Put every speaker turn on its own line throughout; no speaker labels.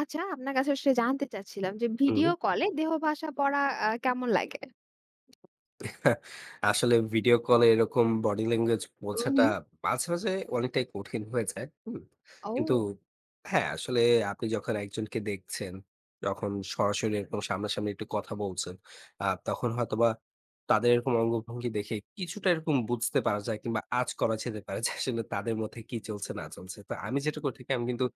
আচ্ছা, আপনার কাছে আসলে জানতে চাচ্ছিলাম যে
হুম।
ভিডিও কলে দেহ ভাষা পড়া কেমন লাগে?
আসলে ভিডিও কলে এরকম বডি ল্যাঙ্গুয়েজ
হুম,
বোঝাটা
হুম।
মাঝে, মাঝে অনেকটাই কঠিন হয়ে যায়। হুম? কিন্তু
ও!
হ্যাঁ, আসলে আপনি যখন একজনকে দেখছেন, যখন সরাসরি এরকম সামনাসামনি একটু কথা বলছেন, তখন হয়তোবা তাদের এরকম অঙ্গভঙ্গি দেখে কিছুটা এরকম বুঝতে পারা যায় কিংবা আঁচ করা যেতে পারে যে আসলে তাদের মধ্যে কি চলছে না চলছে। তো আমি যেটা করে থাকি আমি কিন্তু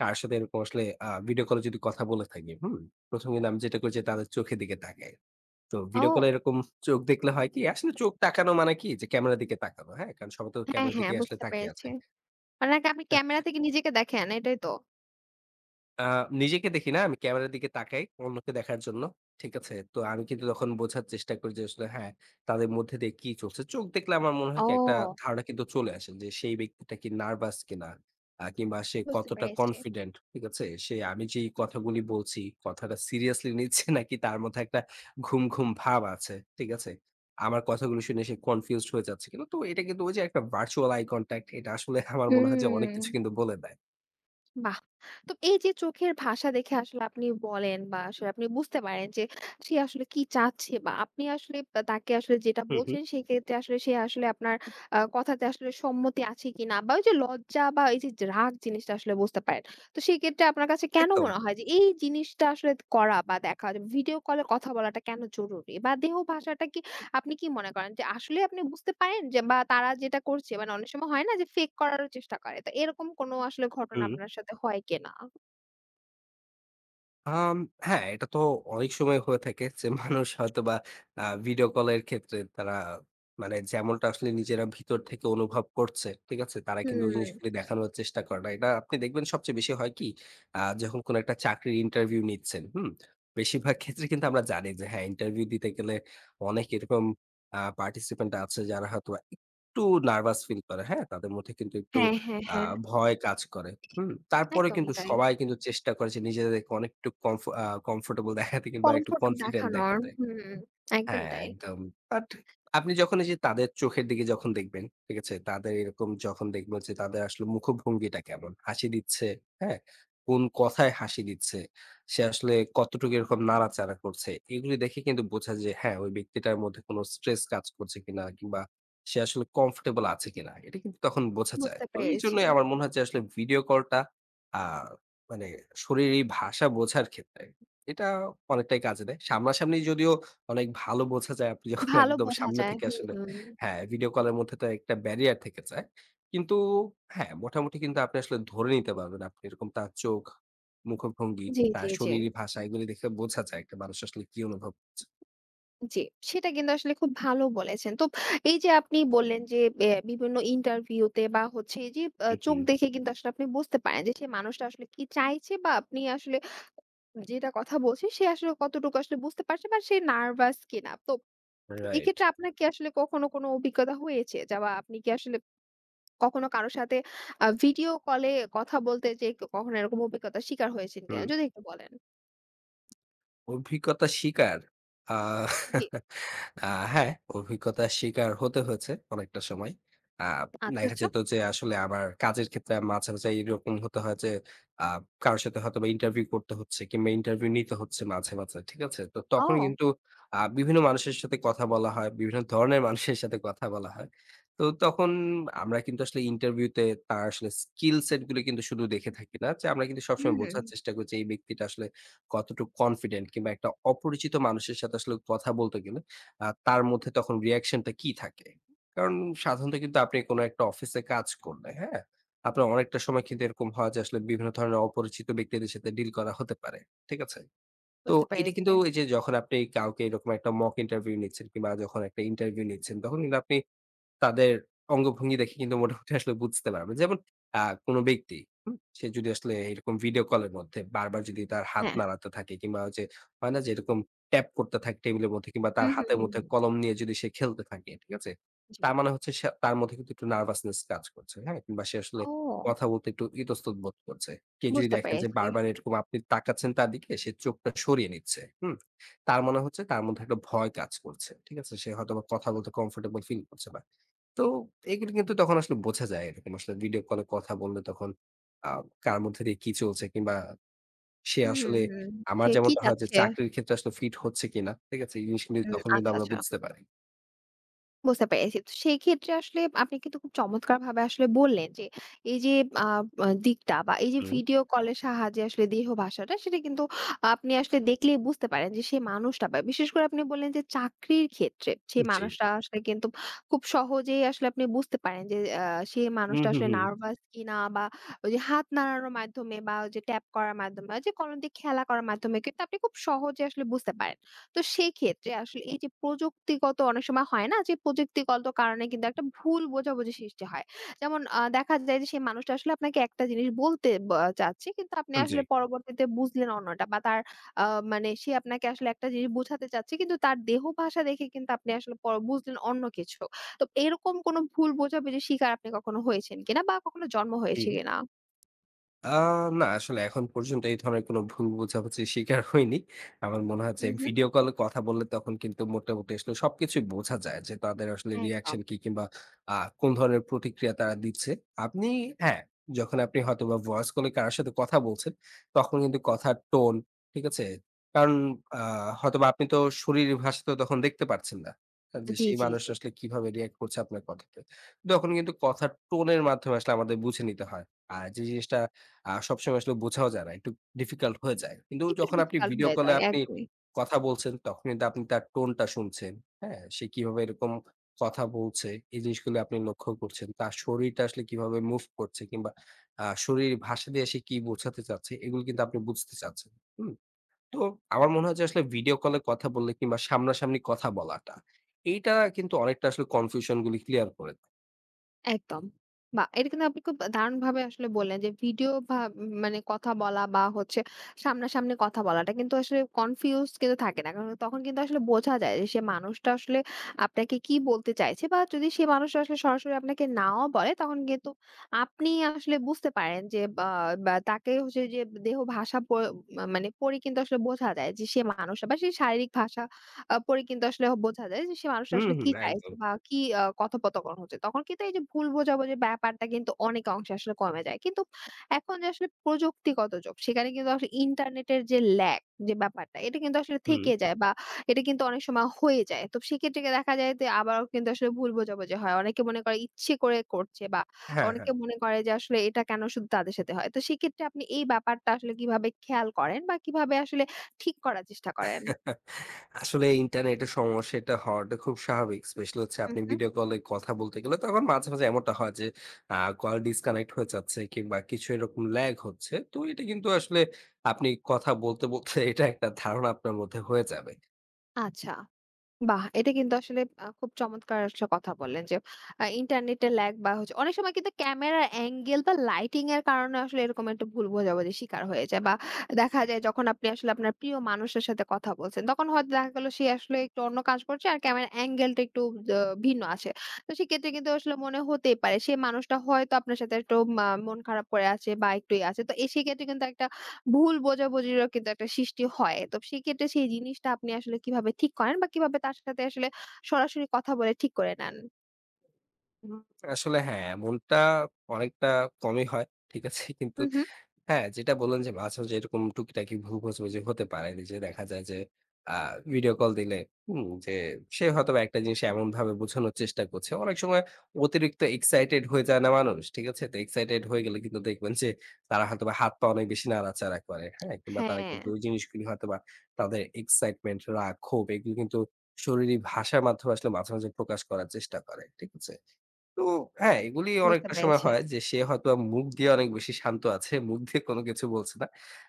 কার সাথে এরকম আসলে ভিডিও কলে যদি কথা বলে থাকি, হুম? ১ম কিন্তু আমি যেটা করি যে তাদের চোখের দিকে তাকাই। তো ভিডিও কলে
ও!
এরকম চোখ দেখলে হয় কি? আসলে চোখ তাকানো মানে কি? যে ক্যামেরার দিকে তাকানো। হ্যাঁ? কারণ সবাই তো
হ্যাঁ,
ক্যামেরার
হ্যাঁ,
দিকে আসলে
বুঝতে
তাকিয়ে আছে।
পেরেছি। মানে আপনি ক্যামেরা থেকে নিজেকে দেখেন, এটাই তো?
আ নিজেকে দেখি না, আমি ক্যামেরার দিকে তাকাই অন্যকে দেখার জন্য। ঠিক আছে? তো আমি কিন্তু তখন বোঝার চেষ্টা করি যে আসলে হ্যাঁ, তাদের মধ্যে দিয়ে কি চলছে। চোখ দেখলে আমার মনে হয় কি একটা
ও!
ধারণা কিন্তু চলে আসে যে সেই ব্যক্তিটা কি নার্ভাস কিনা? কিংবা সে
বুঝতে
কতটা
পেরেছি।
কনফিডেন্ট। ঠিক আছে? সে আমি যেই কথাগুলি বলছি, কথাটা সিরিয়াসলি নিচ্ছে নাকি তার মধ্যে একটা ঘুম, ঘুম ভাব আছে। ঠিক আছে? আমার কথাগুলো শুনে সে কনফিউজড হয়ে যাচ্ছে কিনা। তো এটা কিন্তু ওই যে একটা ভার্চুয়াল আই কনট্যাক্ট এটা আসলে আমার মনে হয় যে অনেক
হুম।
কিছু কিন্তু বলে দেয়।
বাহ! তো এই যে চোখের ভাষা দেখে আসলে আপনি বলেন বা আসলে আপনি বুঝতে পারেন যে সে আসলে কি চাচ্ছে বা আপনি আসলে তাকে আসলে যেটা
হুম, হুম।
বলছেন সেক্ষেত্রে আসলে সে আসলে আপনার কথাতে আসলে সম্মতি আছে কিনা বা ওই যে লজ্জা বা এই যে রাগ জিনিসটা আসলে বুঝতে পারেন। তো সেক্ষেত্রে আপনার কাছে কেন
একদম।
মনে হয় যে এই জিনিসটা আসলে করা বা দেখা ভিডিও কলে কথা বলাটা কেন জরুরি? বা দেহ ভাষাটা কি আপনি কি মনে করেন যে আসলেই আপনি বুঝতে পারেন যে বা তারা যেটা করছে মানে অনেক সময় হয় না যে ফেক করারও চেষ্টা করে। তো এরকম কোনো আসলে ঘটনা
হুম।
আপনার সাথে হয় কিনা?
আম হ্যাঁ, এটা তো অনেক সময় হয়ে থাকে যে মানুষ হয়তোবা ভিডিও কলের ক্ষেত্রে তারা মানে যেমনটা আসলে নিজেরা ভিতর থেকে অনুভব করছে, ঠিক আছে? তারা কিন্তু ওই
হুম।
জিনিসগুলি দেখানোর চেষ্টা করে না। এটা আপনি দেখবেন সবচেয়ে বেশি হয় কি? যখন কোনো একটা চাকরির ইন্টারভিউ নিচ্ছেন, হুম? বেশিরভাগ ক্ষেত্রে কিন্তু আমরা জানি যে হ্যাঁ, ইন্টারভিউ দিতে গেলে অনেক এরকম পার্টিসিপেন্ট আছে যারা হয়তোবা একটু নার্ভাস ফিল করে, হ্যাঁ? তাদের মধ্যে কিন্তু একটু
হ্যাঁ, হ্যাঁ,
আ
হ্যাঁ।
ভয় কাজ করে। হুম, তারপরে
একদমই
কিন্তু
তাই।
সবাই কিন্তু চেষ্টা করে যে নিজেদেরকে অনেকটুক কমফোর্টেবল দেখাতে কিংবা একটু
কমফোর্ট
কনফিডেন্ট
দেখানোর।
দেখাতে।
হুম, একদমই
হ্যাঁ,
তাই।
একদম। বাট আপনি যখন এই যে তাদের চোখের দিকে যখন দেখবেন, ঠিক আছে? তাদের এরকম যখন দেখবেন যে তাদের আসলে মুখভঙ্গিটা কেমন? হাসি দিচ্ছে, হ্যাঁ? কোন কথায় হাসি দিচ্ছে? সে আসলে কতটুকু এরকম নাড়াচাড়া করছে? এগুলি দেখে কিন্তু বোঝা যায় যে হ্যাঁ, ওই ব্যক্তিটার মধ্যে কোন স্ট্রেস কাজ করছে কিনা কিংবা সে আসলে কমফোর্টেবল আছে কিনা? এটা কিন্তু তখন বোঝা যায়।
বুঝতে
তো
পেরেছি।
এইজন্যই আমার মনে হয় যে আসলে ভিডিও কলটা আ মানে শরীরী ভাষা বোঝার ক্ষেত্রে এটা অনেকটাই কাজে দেয়। সামনাসামনি যদিও অনেক ভালো বোঝা যায় আপনি যখন
ভালো
একদম
বোঝা
সামনে
যায়।
থেকে আসলে
হুম।
হ্যাঁ, ভিডিও কলের মধ্যে তো একটা ব্যারিয়ার থেকে যায়। কিন্তু হ্যাঁ, মোটামুটি কিন্তু আপনি আসলে ধরে নিতে পারবেন। আপনি এরকম তার চোখ, মুখভঙ্গি,
জি, জি,
তার
জি।
শরীরী ভাষা এগুলি দেখে বোঝা যায় একটা মানুষ আসলে কি অনুভব করছে।
জি। সেটা কিন্তু আসলে খুব ভালো বলেছেন। তো এই যে আপনি বললেন যে বিভিন্ন ইন্টারভিউতে বা হচ্ছে এই যে
হু, হু।
চোখ দেখে কিন্তু আসলে আপনি বুঝতে পারেন যে সেই মানুষটা আসলে কি চাইছে বা আপনি আসলে যেটা কথা বলছি সে আসলে কতটুকু আসলে বুঝতে পারছে বা সে নার্ভাস কিনা। তো
রাইট।
এক্ষেত্রে আপনার কি আসলে কখনো কোনো অভিজ্ঞতা হয়েছে? যা বা আপনি কি আসলে কখনো কারো সাথে ভিডিও কলে কথা বলতে যেয়ে কখনো এরকম অভিজ্ঞতার শিকার হয়েছেন কিনা?
হুম।
যদি একটু বলেন।
অভিজ্ঞতা শিকার। আ আ
জি।
হ্যাঁ, অভিজ্ঞতার শিকার হতে হয়েছে অনেকটা সময়। আ
আচ্ছা,
দেখা
আচ্ছা।
যেত যে আসলে আমার কাজের ক্ষেত্রে মাঝে, মাঝে এরকম হতে হয় যে আ কারো সাথে হয়তোবা ইন্টারভিউ করতে হচ্ছে কিংবা ইন্টারভিউ নিতে হচ্ছে মাঝে, মাঝে। ঠিক আছে? তো তখন
ও!
কিন্তু বিভিন্ন মানুষের সাথে কথা বলা হয়, বিভিন্ন ধরনের মানুষের সাথে কথা বলা হয়। তো তখন আমরা কিন্তু আসলে ইন্টারভিউতে তার আসলে স্কিল সেট গুলো কিন্তু শুধু দেখে থাকি না। যে আমরা কিন্তু
হুম,
সবসময়
হুম, হুম।
বোঝার চেষ্টা করি যে এই ব্যক্তিটা আসলে কতটুকু কনফিডেন্ট কিংবা একটা অপরিচিত মানুষের সাথে আসলে কথা বলতে গেলে তার মধ্যে তখন রিঅ্যাকশনটা কি থাকে? কারণ সাধারণত কিন্তু আপনি কোন একটা অফিসে কাজ করলে, হ্যাঁ? আপনার অনেকটা সময় কিন্তু এরকম হয় যে আসলে বিভিন্ন ধরনের অপরিচিত ব্যক্তিদের সাথে ডিল করা হতে পারে। ঠিক আছে? তো
বুঝতে
এটা
পেরেছি।
কিন্তু এই যে যখন আপনি কাউকে এরকম একটা মক ইন্টারভিউ নিচ্ছেন কিংবা যখন একটা ইন্টারভিউ নিচ্ছেন তখন কিন্তু আপনি তাদের অঙ্গভঙ্গি দেখে কিন্তু মোটামুটি আসলে বুঝতে পারবেন। যেমন কোন ব্যক্তি, হুম? সে যদি আসলে এরকম ভিডিও কলের মধ্যে বারবার যদি তার হাত
হ্যাঁ।
নাড়াতে থাকে কিংবা ওই যে হয় না যে এরকম ট্যাপ করতে থাকে টেবিলের মধ্যে কিংবা তার
হুম, হুম,
হাতের
হুম,
মধ্যে
হুম।
কলম নিয়ে যদি সে খেলতে থাকে, ঠিক আছে?
জি।
তার মানে হচ্ছে সে তার মধ্যে কিন্তু একটু নার্ভাসনেস কাজ করছে, হ্যাঁ? কিংবা সে আসলে
ও!
কথা বলতে একটু ইতস্তত বোধ করছে। কেউ যদি
বুঝতে
দেখেন যে
পেরেছি।
বারবার এরকম আপনি তাকাচ্ছেন তার দিকে, সে চোখটা সরিয়ে নিচ্ছে, হুম? তার মনে হচ্ছে তার মধ্যে একটা ভয় কাজ করছে, ঠিক আছে? সে হয়তোবা কথা বলতে কমফোর্টেবল ফিল করছে না। তো এগুলো কিন্তু তখন আসলে বোঝা যায়। এরকম আসলে ভিডিও কলে কথা বললে তখন আ কার মধ্যে দিয়ে কি চলছে কিংবা সে
হুম,
আসলে
হুম।
আমার
সে কি
যেমনটা হয় যে
চাচ্ছে?
চাকরির ক্ষেত্রে আসলে ফিট হচ্ছে কিনা। ঠিক আছে? এই জিনিস কিন্তু
হুম,
তখন কিন্তু
আচ্ছা,
আমরা
আচ্ছা।
বুঝতে পারি।
বুঝতে পেরেছি। তো সেই ক্ষেত্রে আসলে আপনি কিন্তু খুব চমৎকারভাবে আসলে বললেন যে, এই যে আ আ দিকটা বা এই যে
হুম।
ভিডিও কলের সাহায্যে আসলে দেহ ভাষাটা সেটা কিন্তু আপনি আসলে দেখলেই বুঝতে পারেন যে সেই মানুষটা বা বিশেষ করে আপনি বললেন যে চাকরির ক্ষেত্রে সেই
জি।
মানুষটা আসলে কিন্তু খুব সহজেই আসলে আপনি বুঝতে পারেন যে সেই
হুম,
মানুষটা
হুম,
আসলে
হুম।
নার্ভাস কিনা বা ওই যে হাত নাড়ানোর মাধ্যমে বা ওই যে ট্যাপ করার মাধ্যমে বা যে কলম দিয়ে খেলা করার মাধ্যমে কিন্তু আপনি খুব সহজে আসলে বুঝতে পারেন। তো সেক্ষেত্রে আসলে এই যে প্রযুক্তিগত অনেক সময় হয় না যে প্রযুক্তিগত কারণে কিন্তু একটা ভুল বোঝাবুঝি সৃষ্টি হয়। যেমন দেখা যায় যে সেই মানুষটা আসলে আপনাকে একটা জিনিস বলতে বা চাচ্ছে কিন্তু আপনি
জি।
আসলে পরবর্তীতে বুঝলেন অন্যটা বা তার আ মানে সে আপনাকে আসলে একটা জিনিস বোঝাতে চাচ্ছে কিন্তু তার দেহ ভাষা দেখে কিন্তু আপনি আসলে বুঝলেন অন্য কিছু। তো এরকম কোনো ভুল বোঝাবুঝির শিকার আপনি কখনো হয়েছেন কিনা বা কখনো জন্ম হয়েছে
হুম।
কিনা?
আ না আসলে এখন পর্যন্ত এই ধরনের কোনো ভুল বোঝাবুঝির শিকার হইনি। আমার মনে হয় যে
হুম, হুম।
ভিডিও কলে কথা বললে তখন কিন্তু মোটামুটি আসলে সবকিছুই বোঝা যায় যে তাদের আসলে
একদম।
রিঅ্যাকশন কি কিংবা আ কোন ধরনের প্রতিক্রিয়া তারা দিচ্ছে। আপনি হ্যাঁ, যখন আপনি হয়তোবা ভয়েস কলে কারো সাথে কথা বলছেন, তখন কিন্তু কথার টোন, ঠিক আছে? কারণ আ হয়তোবা আপনি তো শরীরের ভাষা তো তখন দেখতে পারছেন না। হ্যাঁ, যে
জি,
সেই
জি, জি।
মানুষটা আসলে কিভাবে রিঅ্যাক্ট করছে আপনার কথাতে। তখন কিন্তু কথার টোনের মাধ্যমে আসলে আমাদের বুঝে নিতে হয়। আর যে জিনিসটা সবসময় আসলে বোঝাও যায় না। একটু ডিফিকাল্ট হয়ে যায়। কিন্তু
একটু
যখন আপনি
ডিফিকাল্ট
ভিডিও
হয়ে
কলে
যায়
আপনি
একদমই।
কথা বলছেন, তখন কিন্তু আপনি তার টোনটা শুনছেন। হ্যাঁ? সে কিভাবে এরকম কথা বলছে, এই জিনিসগুলো আপনি লক্ষ্য করছেন। তার শরীরটা আসলে কিভাবে মুভ করছে কিংবা শরীর ভাষা দিয়ে সে কি বোঝাতে চাচ্ছে, এগুলো কিন্তু আপনি বুঝতে চাচ্ছেন। হুম? তো আমার মনে হয় যে আসলে ভিডিও কলে কথা বললে কিংবা সামনাসামনি কথা বলাটা, এইটা কিন্তু অনেকটা আসলে কনফিউশন গুলি ক্লিয়ার করে দেয়।
একদম। বাহ! এটা কিন্তু আপনি খুব দারুণভাবে আসলে বললেন যে ভিডিও ভা মানে কথা বলা বা হচ্ছে সামনাসামনি কথা বলাটা কিন্তু আসলে কনফিউজড কিন্তু থাকে না। কারণ তখন কিন্তু আসলে বোঝা যায় যে সে মানুষটা আসলে আপনাকে কি বলতে চাইছে বা যদি সে মানুষটা আসলে সরাসরি আপনাকে নাও বলে তখন কিন্তু আপনি আসলে বুঝতে পারেন যে বা বা তাকে হচ্ছে যে দেহ ভাষা মানে পড়ে কিন্তু আসলে বোঝা যায় যে সে মানুষটা বা সে শারীরিক ভাষা পড়ে কিন্তু আসলে বোঝা যায় যে সে মানুষটা
হুম,
আসলে কি
হুম।
চাইছে
একদম।
বা কি কথোপকথন হচ্ছে। তখন কিন্তু এই যে ভুল বোঝাবুঝির ব্যাপারটা কিন্তু অনেক অংশে আসলে কমে যায়। কিন্তু এখন যে আসলে প্রযুক্তিগত যুগ সেখানে কিন্তু আসলে ইন্টারনেটের যে ল্যাগ যে ব্যাপারটা এটা কিন্তু আসলে
হুম।
থেকে যায় বা এটা কিন্তু অনেক সময় হয়ে যায়। তো সেক্ষেত্রে গিয়ে দেখা যায় যে আবারও কিন্তু আসলে ভুল বোঝাবুঝি হয়। অনেকে মনে করে ইচ্ছে করে করছে বা
হ্যাঁ,
অনেকে
হ্যাঁ।
মনে করে যে আসলে এটা কেন শুধু তাদের সাথে হয়। তো সেক্ষেত্রে আপনি এই ব্যাপারটা আসলে কিভাবে খেয়াল করেন বা কিভাবে আসলে ঠিক করার চেষ্টা করেন?
আসলে ইন্টারনেটের সমস্যা এটা হওয়াটা খুব স্বাভাবিক। স্পেশালি হচ্ছে আপনি ভিডিও কলে কথা বলতে গেলে তখন মাঝে, মাঝে এমনটা হয় যে আ কল ডিসকানেক্ট হয়ে যাচ্ছে কিংবা কিছু এরকম ল্যাগ হচ্ছে। তো এটা কিন্তু আসলে আপনি কথা বলতে, বলতে এটা একটা ধারণা আপনার মধ্যে হয়ে যাবে।
আচ্ছা। বাহ! এটা কিন্তু আসলে খুব চমৎকার একটা কথা বললেন যে, ইন্টারনেটের ল্যাগ বা হচ্ছে অনেক সময় কিন্তু ক্যামেরার অ্যাঙ্গেল বা লাইটিং এর কারণে আসলে এরকম একটা ভুল বোঝাবুঝির শিকার হয়ে যায় বা দেখা যায় যখন আপনি আসলে আপনার প্রিয় মানুষের সাথে কথা বলছেন, তখন হয়তো দেখা গেল সে আসলে একটু অন্য কাজ করছে আর ক্যামেরার অ্যাঙ্গেলটা একটু দ ভিন্ন আছে। তো সেক্ষেত্রে কিন্তু আসলে মনে হতেই পারে সে মানুষটা হয়তো আপনার সাথে একটু মন খারাপ করে আছে বা একটু ইয়ে আছে। তো সেক্ষেত্রে কিন্তু একটা ভুল বোঝাবুঝিরও কিন্তু একটা সৃষ্টি হয়। তো সেক্ষেত্রে সেই জিনিসটা আপনি আসলে কিভাবে ঠিক করেন বা কিভাবে তার সাথে আসলে সরাসরি কথা বলে ঠিক করে নেন?
হুম, আসলে হ্যাঁ, এমনটা অনেকটা কমই হয়। ঠিক আছে? কিন্তু
হু, হু।
হ্যাঁ, যেটা বললেন যে মাঝে, মাঝে এরকম টুকিটাকি ভুল বোঝাবুঝি হতে পারে। যে দেখা যায় যে আ ভিডিও কল দিলে হুম, যে সে হয়তোবা একটা জিনিস এমনভাবে বোঝানোর চেষ্টা করছে। অনেক সময় অতিরিক্ত এক্সাইটেড হয়ে যায় না মানুষ। ঠিক আছে? তো এক্সাইটেড হয়ে গেলে কিন্তু দেখবেন যে তারা হয়তোবা হাত-পা অনেক বেশি নাড়াচাড়া করে। হ্যাঁ? কিংবা তারা
হ্যাঁ,
কিন্তু ওই জিনিসগুলি হয়তোবা তাদের এক্সাইটমেন্ট, রাগ, ক্ষোভ এগুলো কিন্তু শরীরী ভাষার মাধ্যমে আসলে মাঝে, মাঝে প্রকাশ করার চেষ্টা করে। ঠিক আছে? তো হ্যাঁ, এগুলি
বুঝতে
অনেকটা সময়
পেরেছি।
হয় যে সে হয়তোবা মুখ দিয়ে অনেক বেশি শান্ত আছে। মুখ দিয়ে কোনো কিছু বলছে না।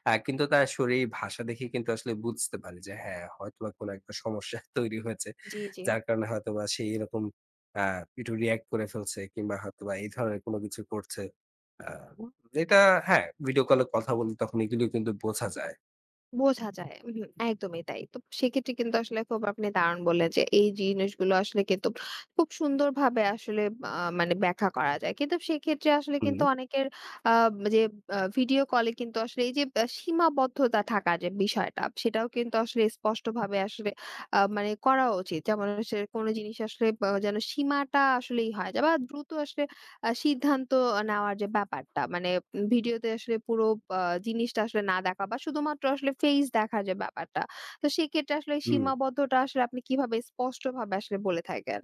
কিন্তু তার শরীর ভাষা দেখে কিন্তু আসলে বুঝতে পারি যে হ্যাঁ, হয়তোবা কোনো একটা সমস্যা তৈরি হয়েছে।
জি, জি।
যার কারণে হয়তোবা সে এরকম আ একটু রিঅ্যাক্ট করে ফেলছে কিংবা হয়তোবা এই ধরনের কোনো কিছু করছে। আ এটা হ্যাঁ, ভিডিও কলে কথা বললে তখন এগুলো কিন্তু বোঝা যায়।
বোঝা যায়। উহু, একদমই তাই। তো সেক্ষেত্রে কিন্তু আসলে খুব আপনি দারুণ বললেন যে এই জিনিসগুলো আসলে কিন্তু খুব সুন্দরভাবে আসলে আ মানে ব্যাখ্যা করা যায়। কিন্তু সেক্ষেত্রে আসলে
হুম,
কিন্তু অনেকের আ যে ভিডিও কলে কিন্তু আসলে এই যে সীমাবদ্ধতা থাকার যে বিষয়টা সেটাও কিন্তু আসলে স্পষ্টভাবে আসলে মানে করা উচিত। যেমন হচ্ছে কোন জিনিস আসলে যেন সীমাটা আসলেই হয় যায় বা দ্রুত আসলে সিদ্ধান্ত নেওয়ার যে ব্যাপারটা মানে ভিডিওতে আসলে পুরো আ জিনিসটা আসলে না দেখা বা শুধুমাত্র আসলে ফেইস দেখার যে ব্যাপারটা। তো সেক্ষেত্রে আসলে
হুম।
সীমাবদ্ধটা আসলে আপনি কিভাবে স্পষ্টভাবে আসলে বলে থাকেন?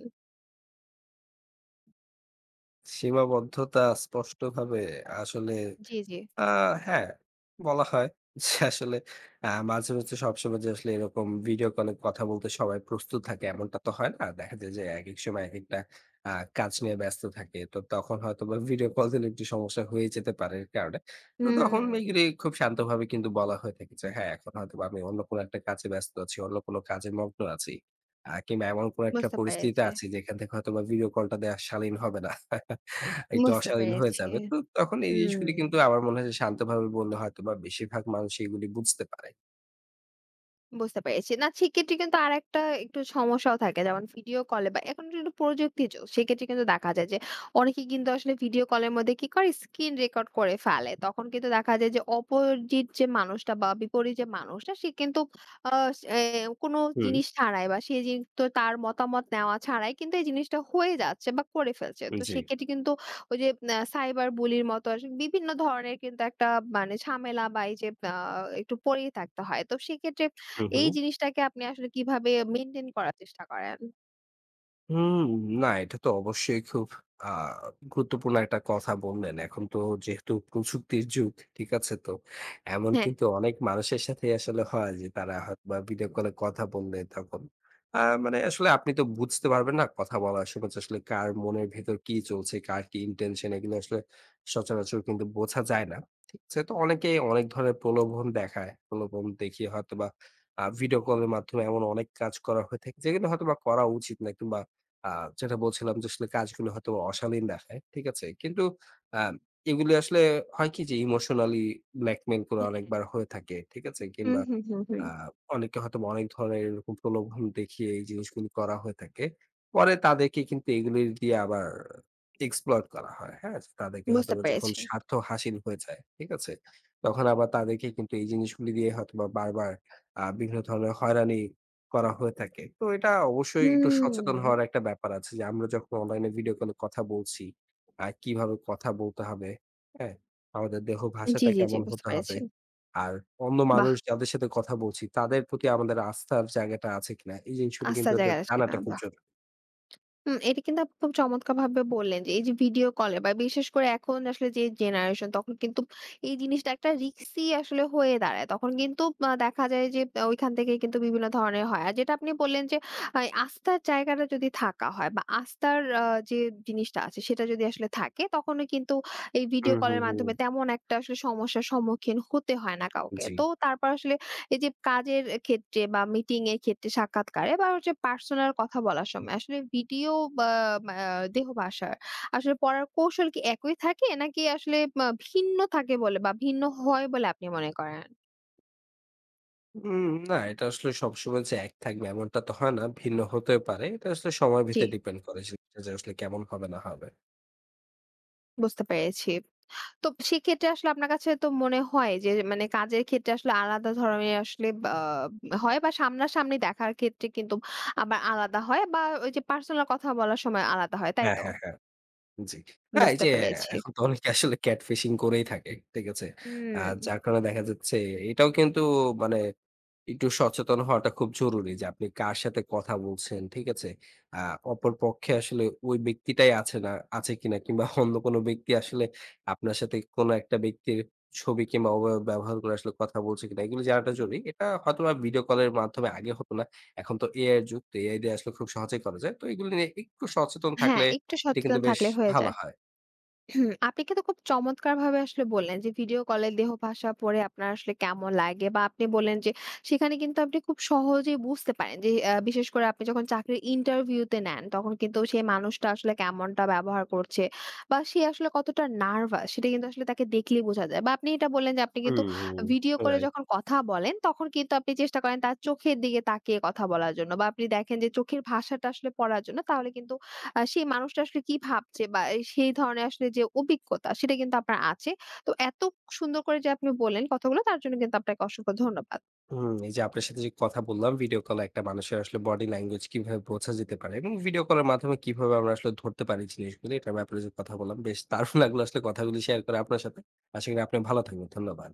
সীমাবদ্ধতা স্পষ্টভাবে আসলে
জি, জি।
আ হ্যাঁ, বলা হয় যে আসলে মাঝে, মাঝে সবসময় যে আসলে এরকম ভিডিও কলে কথা বলতে সবাই প্রস্তুত থাকে এমনটা তো হয় না। দেখা যায় যে একেক সময় একেকটা আ কাজ নিয়ে ব্যস্ত থাকে। তো তখন হয়তোবা ভিডিও কল দিলে একটু সমস্যা হয়ে যেতে পারে এর কারণে। তো তখন
হুম,
এগুলি খুব শান্তভাবে কিন্তু বলা হয়ে থাকে যে, "হ্যাঁ, এখন হয়তোবা আমি অন্য কোনো একটা কাজে ব্যস্ত আছি, অন্য কোনো কাজে মগ্ন আছি।" কিংবা এমন কোনো একটা
বুঝতে
পরিস্থিতিতে
পেরেছি,
আছি যেখান থেকে হয়তোবা ভিডিও কলটা দেয়া শালীন হবে না। একটু
বুঝতে
অশালীন হয়ে
পেরেছি।
যাবে। তো তখন এই
হুম।
জিনিসগুলি কিন্তু আমার মনে হয় যে শান্তভাবে বললে হয়তোবা বেশিরভাগ মানুষ এগুলি বুঝতে পারে।
বুঝতে পেরেছি। না সেক্ষেত্রে কিন্তু আরেকটা একটু সমস্যাও থাকে। যেমন ভিডিও কলে বা এখন কিন্তু প্রযুক্তির যুগ। সেক্ষেত্রে কিন্তু দেখা যায় যে অনেকে কিন্তু আসলে ভিডিও কলের মধ্যে কি করে স্ক্রিন রেকর্ড করে ফেলে। তখন কিন্তু দেখা যায় যে অপোজিট যে মানুষটা বা বিপরীত যে মানুষটা সে কিন্তু আ এ কোনো
হুম,
জিনিস ছাড়াই বা সে তো তার মতামত নেওয়া ছাড়াই কিন্তু এই জিনিসটা হয়ে যাচ্ছে বা করে ফেলছে। তো
জি।
সেক্ষেত্রে কিন্তু ওই যে সাইবার বুলির মতো আসলে বিভিন্ন ধরনের কিন্তু একটা মানে ঝামেলা বা এই যে একটু পড়েই থাকতে হয়। তো সেক্ষেত্রে
হু, হু।
এই জিনিসটাকে আপনি আসলে কিভাবে মেইনটেইন করার চেষ্টা করেন?
হুম, না এটা তো অবশ্যই খুব আ গুরুত্বপূর্ণ একটা কথা বললেন। এখন তো যেহেতু প্রযুক্তির যুগ, ঠিক আছে? তো এমন
হ্যাঁ,
কিন্তু অনেক মানুষের সাথেই আসলে হয় যে তারা হয়তোবা ভিডিও কলে কথা বললে তখন আ মানে আসলে আপনি তো বুঝতে পারবেন না কথা বলার সময় যে আসলে কার মনের ভেতর কি চলছে, কার কি ইনটেনশন এগুলো আসলে সচরাচর কিন্তু বোঝা যায় না। ঠিক আছে? তো অনেকেই অনেক ধরনের প্রলোভন দেখায়। প্রলোভন দেখিয়ে হয়তোবা ভিডিও কলের মাধ্যমে এমন অনেক কাজ করা হয়ে থাকে যেগুলো হয়তোবা করা উচিত না কিংবা আ যেটা বলছিলাম যে আসলে কাজগুলো হয়তো অশালীন দেখায়। ঠিক আছে? কিন্তু আ এগুলি আসলে হয় কি যে ইমোশনালি ব্ল্যাকমেইল করা
হ্যাঁ।
অনেকবার হয়ে থাকে। ঠিক আছে?
হুম,
কিংবা
হুম, হুম, হুম।
আ অনেকে হয়তোবা অনেক ধরনের এরকম প্রলোভন দেখিয়ে এই জিনিসগুলি করা হয়ে থাকে। পরে তাদেরকে কিন্তু এগুলি দিয়ে আবার exploit করা হয়। হ্যাঁ? তাদেরকে
বুঝতে
হয়তোবা যখন
পেরেছি।
স্বার্থ হাসিল হয়ে যায়। ঠিক আছে? তখন আবার তাদেরকে কিন্তু এই জিনিসগুলি দিয়ে হয়তোবা বারবার বিভিন্ন ধরনের হয়রানি করা হয়ে থাকে। তো এটা অবশ্যই একটু সচেতন
হুম।
হওয়ার একটা ব্যাপার আছে যে আমরা যখন অনলাইনে ভিডিও কলে কথা বলছি, কিভাবে কথা বলতে হবে, হ্যাঁ? আমাদের দেহ
জি,
ভাষাটা
জি, জি,
কেমন
বুঝতে
হতে
পেরেছি।
হবে? আর অন্য
বাহ!
মানুষ যাদের সাথে কথা বলছি তাদের প্রতি আমাদের আস্থার জায়গাটা আছে কিনা? এই জিনিসগুলো
আস্তা
কিন্তু এটা
জায়গায় আসলে না,
জানাটা খুব
বাহ!
জরুরি।
হুম, এটা কিন্তু আপনি খুব চমৎকারভাবে বললেন যে এই যে ভিডিও কলে বা বিশেষ করে এখন আসলে যে জেনারেশন তখন কিন্তু এই জিনিসটা একটা রিক্সি আসলে হয়ে দাঁড়ায় তখন কিন্তু দেখা যায় যে ওইখান থেকে কিন্তু বিভিন্ন ধরনের হয় আর যেটা আপনি বললেন যে এই আস্থার জায়গাটা যদি থাকা হয় বা আস্থার যে জিনিসটা আছে সেটা যদি আসলে থাকে তখনও কিন্তু এই ভিডিও
হুম, হুম,
কলের মাধ্যমে
হুম।
তেমন একটা আসলে সমস্যার সম্মুখীন হতে হয় না কাউকে
জি।
তো তারপর আসলে এই যে কাজের ক্ষেত্রে বা মিটিং এর ক্ষেত্রে সাক্ষাৎকারে বা হচ্ছে পার্সোনাল কথা বলার সময় আসলে ভিডিও বা মা দেহ ভাষার আসলে পড়ার কৌশল কি একই থাকে? নাকি আসলে ভিন্ন থাকে বলে বা ভিন্ন হয় বলে আপনি মনে করেন?
না এটা আসলে সবসময় যে এক থাকবে এমনটা তো হয় না। ভিন্ন হতেও পারে। এটা আসলে সময়ের
জি,
ভিত্তিতে ডিপেন্ড করে যে এটা যে আসলে কেমন হবে না হবে।
বুঝতে পেরেছি। তো সেক্ষেত্রে আসলে আপনার কাছে তো মনে হয় যে মানে কাজের ক্ষেত্রে আসলে আলাদা ধরনের আসলে বা হয় বা সামনাসামনি দেখার ক্ষেত্রে কিন্তু আবার আলাদা হয় বা ওই যে পার্সোনাল কথা বলার সময় আলাদা হয়, তাই
হ্যাঁ,
তো?
হ্যাঁ, হ্যাঁ। জি। না এই
বুঝতে
যে
পেরেছি।
এখন তো অনেকে আসলে ক্যাট ফিশিং করেই থাকে। ঠিক আছে? আ
হুম।
যার কারণে দেখা যাচ্ছে এটাও কিন্তু মানে একটু সচেতন হওয়াটা খুব জরুরি যে আপনি কার সাথে কথা বলছেন, ঠিক আছে? আ অপর পক্ষে আসলে ওই ব্যক্তিটাই আছে না আছে কিনা কিংবা অন্য কোনো ব্যক্তি আসলে আপনার সাথে কোনো একটা ব্যক্তির ছবি কিংবা অবয়ব ব্যবহার করে আসলে কথা বলছে কিনা এগুলো জানাটা জরুরি। এটা হয়তোবা ভিডিও কলের মাধ্যমে আগে হতো না। এখন তো AI এর যুগ। তো AI দিয়ে আসলে খুব সহজেই করা যায়। তো এগুলো নিয়ে একটু সচেতন
হ্যাঁ,
থাকলে
একটু
এটা
সচেতন
কিন্তু বেশ
থাকলে হয়ে
ভালো
যায়।
হয়।
হুম, আপনি কিন্তু খুব চমৎকারভাবে আসলে বললেন যে ভিডিও কলে দেহ ভাষা পড়ে আপনার আসলে কেমন লাগে বা আপনি বললেন যে সেখানে কিন্তু আপনি খুব সহজেই বুঝতে পারেন যে বিশেষ করে আপনি যখন চাকরির ইন্টারভিউতে নেন তখন কিন্তু সেই মানুষটা আসলে কেমনটা ব্যবহার করছে বা সে আসলে কতটা নার্ভাস সেটা কিন্তু আসলে তাকে দেখলেই বোঝা যায়। বা আপনি এটা বললেন যে আপনি কিন্তু
হুম, হুম।
ভিডিও কলে
রাইট।
যখন কথা বলেন তখন কিন্তু আপনি চেষ্টা করেন তার চোখের দিকে তাকিয়ে কথা বলার জন্য বা আপনি দেখেন যে চোখের ভাষাটা আসলে পড়ার জন্য তাহলে কিন্তু সেই মানুষটা আসলে কি ভাবছে বা সেই ধরনের আসলে যে অভিজ্ঞতা সেটা কিন্তু আপনার আছে। তো এত সুন্দর করে যে আপনি বললেন কথাগুলো তার জন্য কিন্তু আপনাকে অসংখ্য ধন্যবাদ।
হুম, এই যে আপনার সাথে যে কথা বললাম ভিডিও কলে একটা মানুষের আসলে বডি ল্যাঙ্গুয়েজ কিভাবে বোঝা যেতে পারে এবং ভিডিও কলের মাধ্যমে কিভাবে আমরা আসলে ধরতে পারি জিনিসগুলো এটার ব্যাপারে যে কথা বললাম বেশ দারুণ লাগলো আসলে কথাগুলি শেয়ার করে আপনার সাথে আশা করি আপনি ভালো থাকবেন ধন্যবাদ